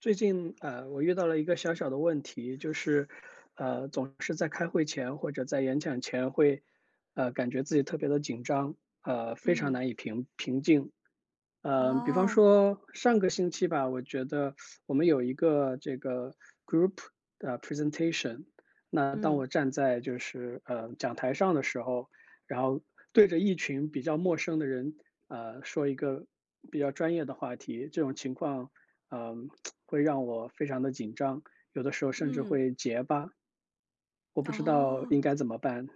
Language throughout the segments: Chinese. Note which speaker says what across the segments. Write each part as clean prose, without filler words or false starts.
Speaker 1: 最近我遇到了一个小小的问题，就是，总是在开会前或者在演讲前会，感觉自己特别的紧张，非常
Speaker 2: 嗯，
Speaker 1: 难以平静，比方
Speaker 2: 哦，
Speaker 1: 说上个星期吧，我觉得我们有一个这个 group 的 presentation。那当我
Speaker 2: 嗯，
Speaker 1: 站在就是讲台上的时候，然后对着一群比较陌生的人，说一个比较专业的话题，这种情况，嗯、会让我非常的紧张，有的时候甚至
Speaker 2: 嗯，
Speaker 1: 会结巴，我不知道
Speaker 2: 哦，
Speaker 1: 应该怎么办。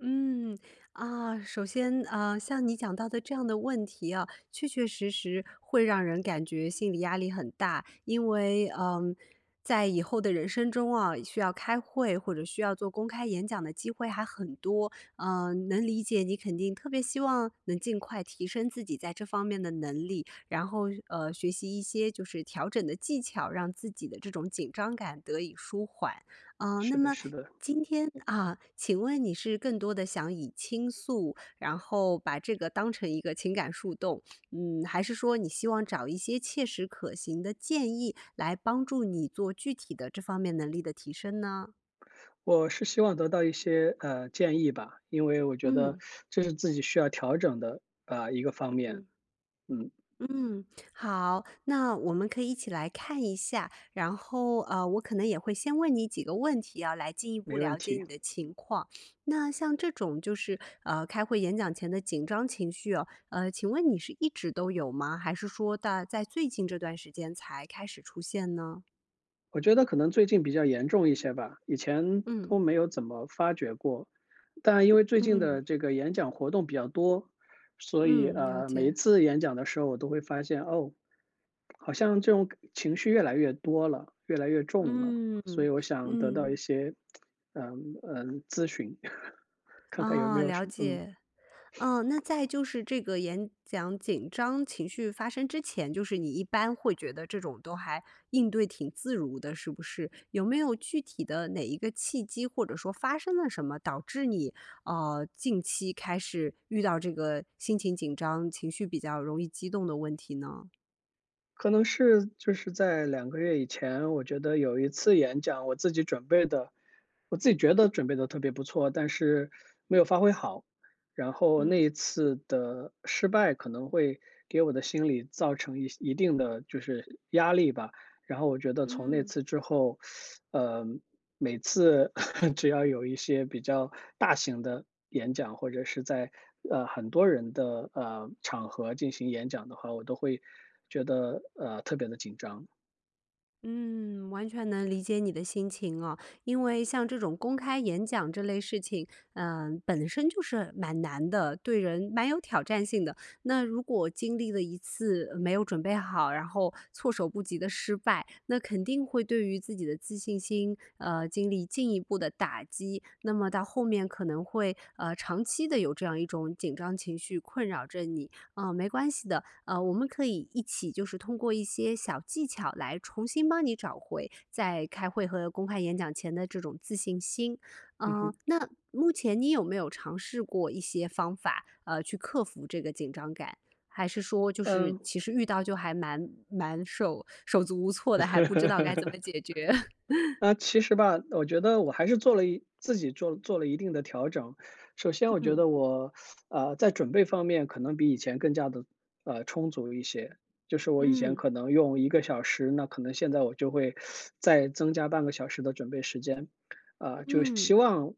Speaker 2: 嗯，啊，首先，啊，像你讲到的这样的问题啊，确确实实会让人感觉心理压力很大。因为，在以后的人生中啊，需要开会或者需要做公开演讲的机会还很多。嗯，能理解你肯定特别希望能尽快提升自己在这方面的能力，然后，学习一些就是调整的技巧，让自己的这种紧张感得以舒缓。
Speaker 1: 是
Speaker 2: 那
Speaker 1: 的，
Speaker 2: 么
Speaker 1: 是的。
Speaker 2: 今天啊，请问你是更多的想以倾诉，然后把这个当成一个情感树洞，嗯，还是说你希望找一些切实可行的建议来帮助你做具体的这方面能力的提升呢？
Speaker 1: 我是希望得到一些建议吧，因为我觉得
Speaker 2: 嗯
Speaker 1: 这是自己需要调整的啊一个方面。
Speaker 2: 嗯。
Speaker 1: 嗯，
Speaker 2: 嗯，好，那我们可以一起来看一下，然后我可能也会先问你几个问题啊，来进一
Speaker 1: 没
Speaker 2: 步
Speaker 1: 问
Speaker 2: 了解
Speaker 1: 题。
Speaker 2: 你的情况。那像这种就是开会演讲前的紧张情绪哦，请问你是一直都有吗？还是说大在最近这段时间才开始出现呢？
Speaker 1: 我觉得可能最近比较严重一些吧，以前都
Speaker 2: 嗯
Speaker 1: 没有怎么发觉过，但因为最近的
Speaker 2: 嗯
Speaker 1: 这个演讲活动比较多，所以
Speaker 2: 嗯，了
Speaker 1: 每一
Speaker 2: 解，
Speaker 1: 次演讲的时候，我都会发现哦，好像这种情绪越来越多了，越来越重了，
Speaker 2: 嗯
Speaker 1: 所以我想得到一
Speaker 2: 嗯，
Speaker 1: 些咨询，看看有没
Speaker 2: 哦，
Speaker 1: 有
Speaker 2: 了
Speaker 1: 什么。
Speaker 2: 解。嗯，那在就是这个演讲紧张情绪发生之前，就是你一般会觉得这种都还应对挺自如的，是不是？有没有具体的哪一个契机，或者说发生了什么，导致你近期开始遇到这个心情紧张、情绪比较容易激动的问题呢？
Speaker 1: 可能是就是在两个月以前，我觉得有一次演讲，我自己觉得准备的特别不错，但是没有发挥好。然后那
Speaker 2: 嗯
Speaker 1: 一次的失败可能会给我的心理造成一定的就是压力吧。然后我觉得从那
Speaker 2: 嗯。
Speaker 1: 次之后，呃，每次 只要有一些比较大型的演讲，或者是在很多人的场合进行演讲的话，我都会觉得特别的紧张。
Speaker 2: 嗯，完全能理解你的心情哦，因为像这种公开演讲这类事情，本身就是蛮难的，对人蛮有挑战性的。那如果经历了一次没有准备好，然后措手不及的失败，那肯定会对于自己的自信心，经历进一步的打击。那么到后面可能会，长期的有这样一种紧张情绪困扰着你。没关系的，我们可以一起就是通过一些小技巧来重新帮你找回在开会和公开演讲前的这种自信心。
Speaker 1: 嗯
Speaker 2: 那目前你有没有尝试过一些方法，去克服这个紧张感？还是说就是
Speaker 1: 哼，嗯，
Speaker 2: 其实遇到就还蛮手足无措的，还不知道该怎么 解决？
Speaker 1: 那其实吧，我觉得我还是做了一自己做了一定的调整。首先我 觉
Speaker 2: 嗯
Speaker 1: 得我，在准备方面可能比以前更加的充足一些。就是我以前
Speaker 2: 嗯
Speaker 1: 可能用一个小时，那可能现在我就会再增加半个小时的准备时间。啊，就希
Speaker 2: 嗯
Speaker 1: 望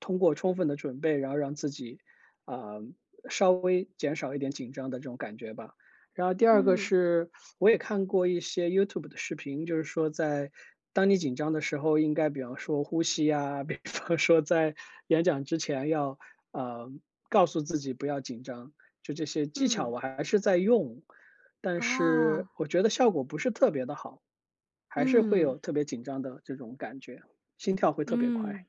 Speaker 1: 通过充分的准备，然后让自己，啊，稍微减少一点紧张的这种感觉吧。然后第二个
Speaker 2: 嗯
Speaker 1: 是，我也看过一些 YouTube 的视频，就是说在当你紧张的时候，应该比方说呼吸呀，比方说在演讲之前要，呃，告诉自己不要紧张，就这些技巧
Speaker 2: 嗯，
Speaker 1: 我还是在用，但是
Speaker 2: 哦，
Speaker 1: 我觉得效果不是特别的好，还是会
Speaker 2: 嗯
Speaker 1: 有特别紧张的这种感觉，心跳会特别
Speaker 2: 嗯。
Speaker 1: 快。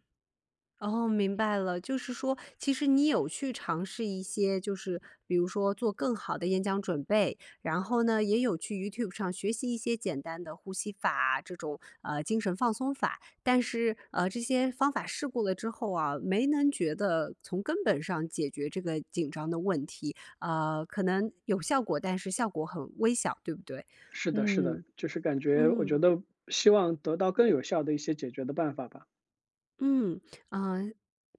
Speaker 2: 哦，明白了，就是说，其实你有去尝试一些，就是比如说做更好的演讲准备，然后呢，也有去 YouTube 上学习一些简单的呼吸法这种精神放松法，但是这些方法试过了之后啊，没能觉得从根本上解决这个紧张的问题，可能有效果，但是效果很微小，对不对？
Speaker 1: 是的，是的，
Speaker 2: 嗯
Speaker 1: 就是感觉我觉
Speaker 2: 嗯。
Speaker 1: 得希望得到更有效的一些解决的办法吧，
Speaker 2: 嗯，啊，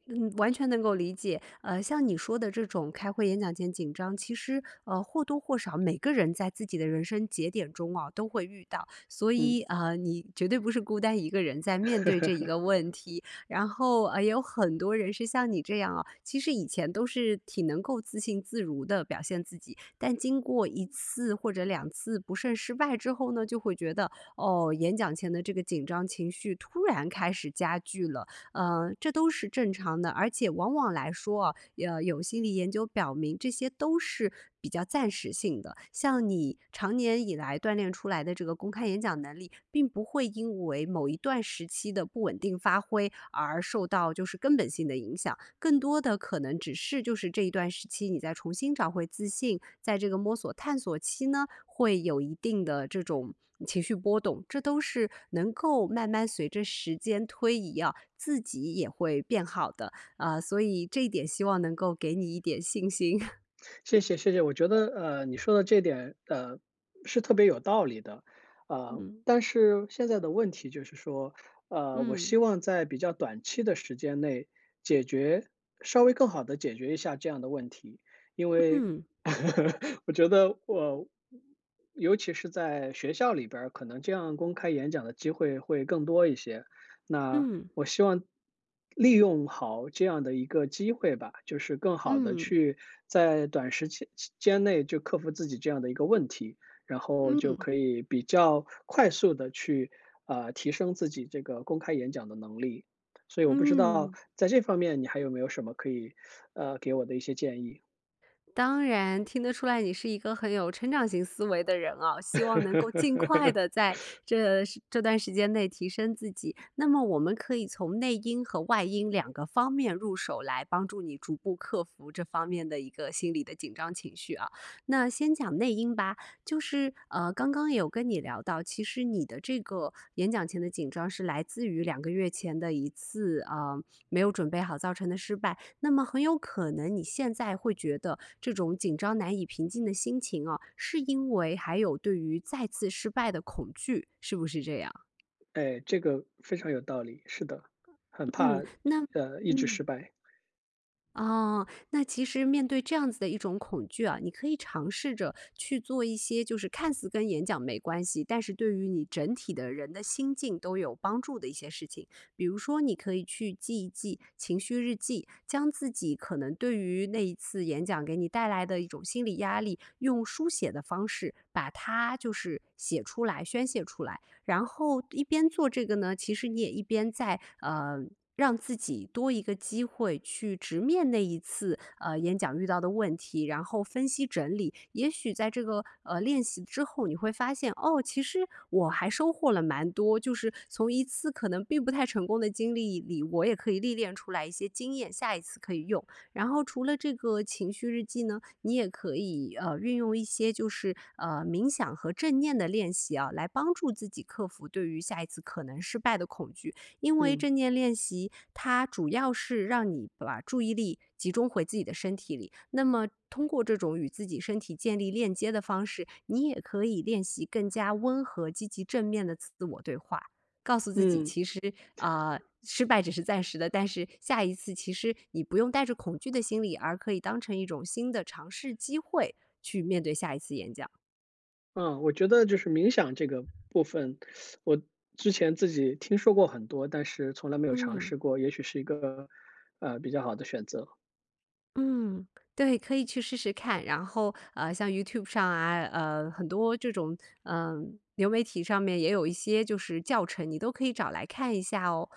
Speaker 2: 嗯，完全能够理解。像你说的这种开会演讲前紧张，其实或多或少每个人在自己的人生节点中啊都会遇到，所
Speaker 1: 嗯。
Speaker 2: 以你绝对不是孤单一个人在面对这一个 问题。然后也有很多人是像你这样啊，其实以前都是挺能够自信自如的表现自己，但经过一次或者两次不慎失败之后呢，就会觉得哦，演讲前的这个紧张情绪突然开始加剧了。嗯，这都是正常的。而且往往来说啊，有心理研究表明，这些都是比较暂时性的。像你常年以来锻炼出来的这个公开演讲能力，并不会因为某一段时期的不稳定发挥而受到就是根本性的影响，更多的可能只是就是这一段时期你再重新找回自信，在这个摸索探索期呢，会有一定的这种情绪波动，这都是能够慢慢随着时间推移啊，自己也会变好的啊、所以这一点希望能够给你一点信心。
Speaker 1: 谢谢谢谢，我觉得你说的这点是特别有道理的，
Speaker 2: 嗯
Speaker 1: 但是现在的问题就是说，我希
Speaker 2: 嗯
Speaker 1: 望在比较短期的时间内解决，稍微更好的解决一下这样的问题，因为
Speaker 2: 嗯
Speaker 1: 我觉得我尤其是在学校里边儿，可能这样公开演讲的机会会更多一些，那
Speaker 2: 嗯
Speaker 1: 我希望利用好这样的一个机会吧，就是更好的
Speaker 2: 嗯
Speaker 1: 去在短时间内就克服自己这样的一个问题，然后就
Speaker 2: 嗯
Speaker 1: 可以比较快速的去，提升自己这个公开演讲的能力。所以我不知道
Speaker 2: 嗯。
Speaker 1: 在这方面你还有没有什么可以，给我的一些建议？
Speaker 2: 当然，听得出来你是一个很有成长型思维的人啊，希望能够尽快的 在这时这段时间内提升自己。那么我们可以从内因和外因两个方面入手，来帮助你逐步克服这方面的一个心理的紧张情绪啊。那先讲内因吧，就是刚刚也有跟你聊到，其实你的这个演讲前的紧张是来自于2个月前的一次没有准备好造成的失败。那么很有可能你现在会觉得这种紧张难以平静的心情啊，是因为还有对于再次失败的恐惧，是不是这样？
Speaker 1: 哎，这个非常有道理，是的，很怕，
Speaker 2: 嗯，那
Speaker 1: 一直
Speaker 2: 嗯。
Speaker 1: 失败。
Speaker 2: 哦，那其实面对这样子的一种恐惧啊，你可以尝试着去做一些，就是看似跟演讲没关系，但是对于你整体的人的心境都有帮助的一些事情。比如说，你可以去记一记情绪日记，将自己可能对于那一次演讲给你带来的一种心理压力，用书写的方式把它就是写出来、宣泄出来。然后一边做这个呢，其实你也一边在。让自己多一个机会去直面那一次演讲遇到的问题，然后分析整理。也许在这个练习之后，你会发现哦，其实我还收获了蛮多，就是从一次可能并不太成功的经历里，我也可以历练出来一些经验，下一次可以用。然后除了这个情绪日记呢，你也可以运用一些就是冥想和正念的练习啊，来帮助自己克服对于下一次可能失败的恐惧。因为
Speaker 1: 嗯，
Speaker 2: 正念练习它主要是让你把注意力集中回自己的身体里，那么通过这种与自己身体建立链接的方式，你也可以练习更加温和、积极、正面的自我对话。告诉自己，
Speaker 1: 嗯。
Speaker 2: 其实啊、失败只是暂时的，但是下一次其实你不用带着恐惧的心理，而可以当成一种新的尝试机会去面对下一次演讲。
Speaker 1: 嗯，我觉得就是冥想这个部分，我之前自己听说过很多，但是从来没有尝
Speaker 2: 嗯。
Speaker 1: 试过，也许是一个比较好的选择。
Speaker 2: 嗯，对，可以去试试看。然后，像 YouTube 上啊，很多这种，流媒体上面也有一些就是教程，你都可以找来看一下哦。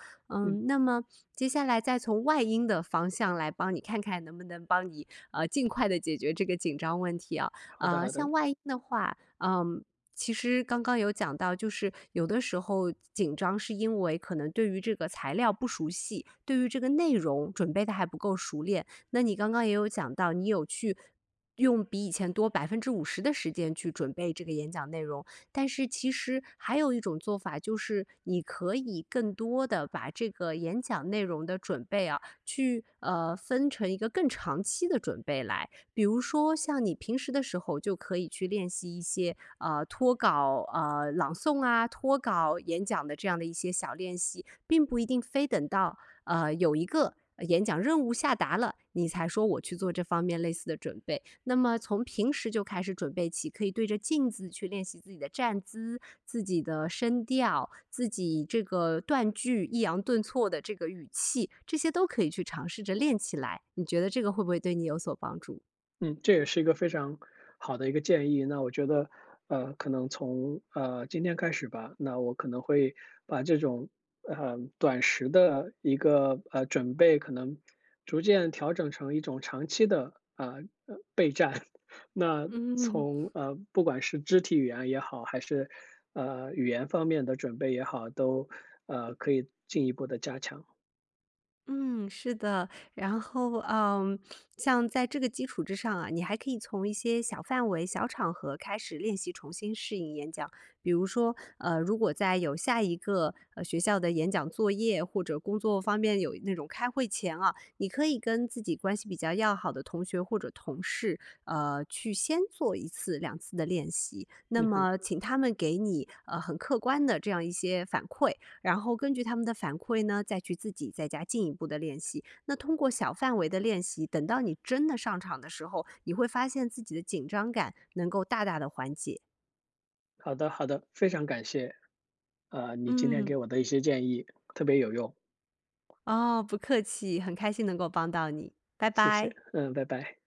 Speaker 1: 嗯，
Speaker 2: 嗯，那么接下来再从外因的方向来帮你看看能不能帮你尽快的解决这个紧张问题啊。
Speaker 1: 好的，好的。
Speaker 2: 像外因的话，嗯。其实刚刚有讲到，就是有的时候紧张是因为可能对于这个材料不熟悉，对于这个内容准备的还不够熟练，那你刚刚也有讲到，你有去用比以前多50%的时间去准备这个演讲内容，但是其实还有一种做法，就是你可以更多的把这个演讲内容的准备啊，去，分成一个更长期的准备来。比如说像你平时的时候就可以去练习一些，脱稿，朗诵啊，脱稿演讲的这样的一些小练习，并不一定非等到有一个演讲任务下达了，你才说我去做这方面类似的准备。那么从平时就开始准备起，可以对着镜子去练习自己的站姿、自己的声调、自己这个断句、抑扬顿挫的这个语气，这些都可以去尝试着练起来。你觉得这个会不会对你有所帮助？
Speaker 1: 嗯，这也是一个非常好的一个建议。那我觉得，可能从今天开始吧，那我可能会把这种短时的一个准备，可能逐渐调整成一种长期的啊备战。那
Speaker 2: 嗯，
Speaker 1: 从不管是肢体语言也好，还是语言方面的准备也好，都可以进一步的加强。
Speaker 2: 嗯，是的。然后，像在这个基础之上啊，你还可以从一些小范围、小场合开始练习重新适应演讲。比如说，如果在有下一个学校的演讲作业或者工作方面有那种开会前啊，你可以跟自己关系比较要好的同学或者同事，去先做一次、两次的练习。那
Speaker 1: 嗯哼，
Speaker 2: 么，请他们给你很客观的这样一些反馈。然后根据他们的反馈呢，再去自己在家进一步的练习。那通过小范围的练习，等到你真的上场的时候，你会发现自己的紧张感能够大大的缓解。
Speaker 1: 好的好的，非常感谢。你今天给
Speaker 2: 嗯。
Speaker 1: 我的一些建议特别有用，
Speaker 2: 哦，不客气，很开心能够帮到你，拜
Speaker 1: 谢谢，
Speaker 2: 拜。
Speaker 1: 嗯，拜拜。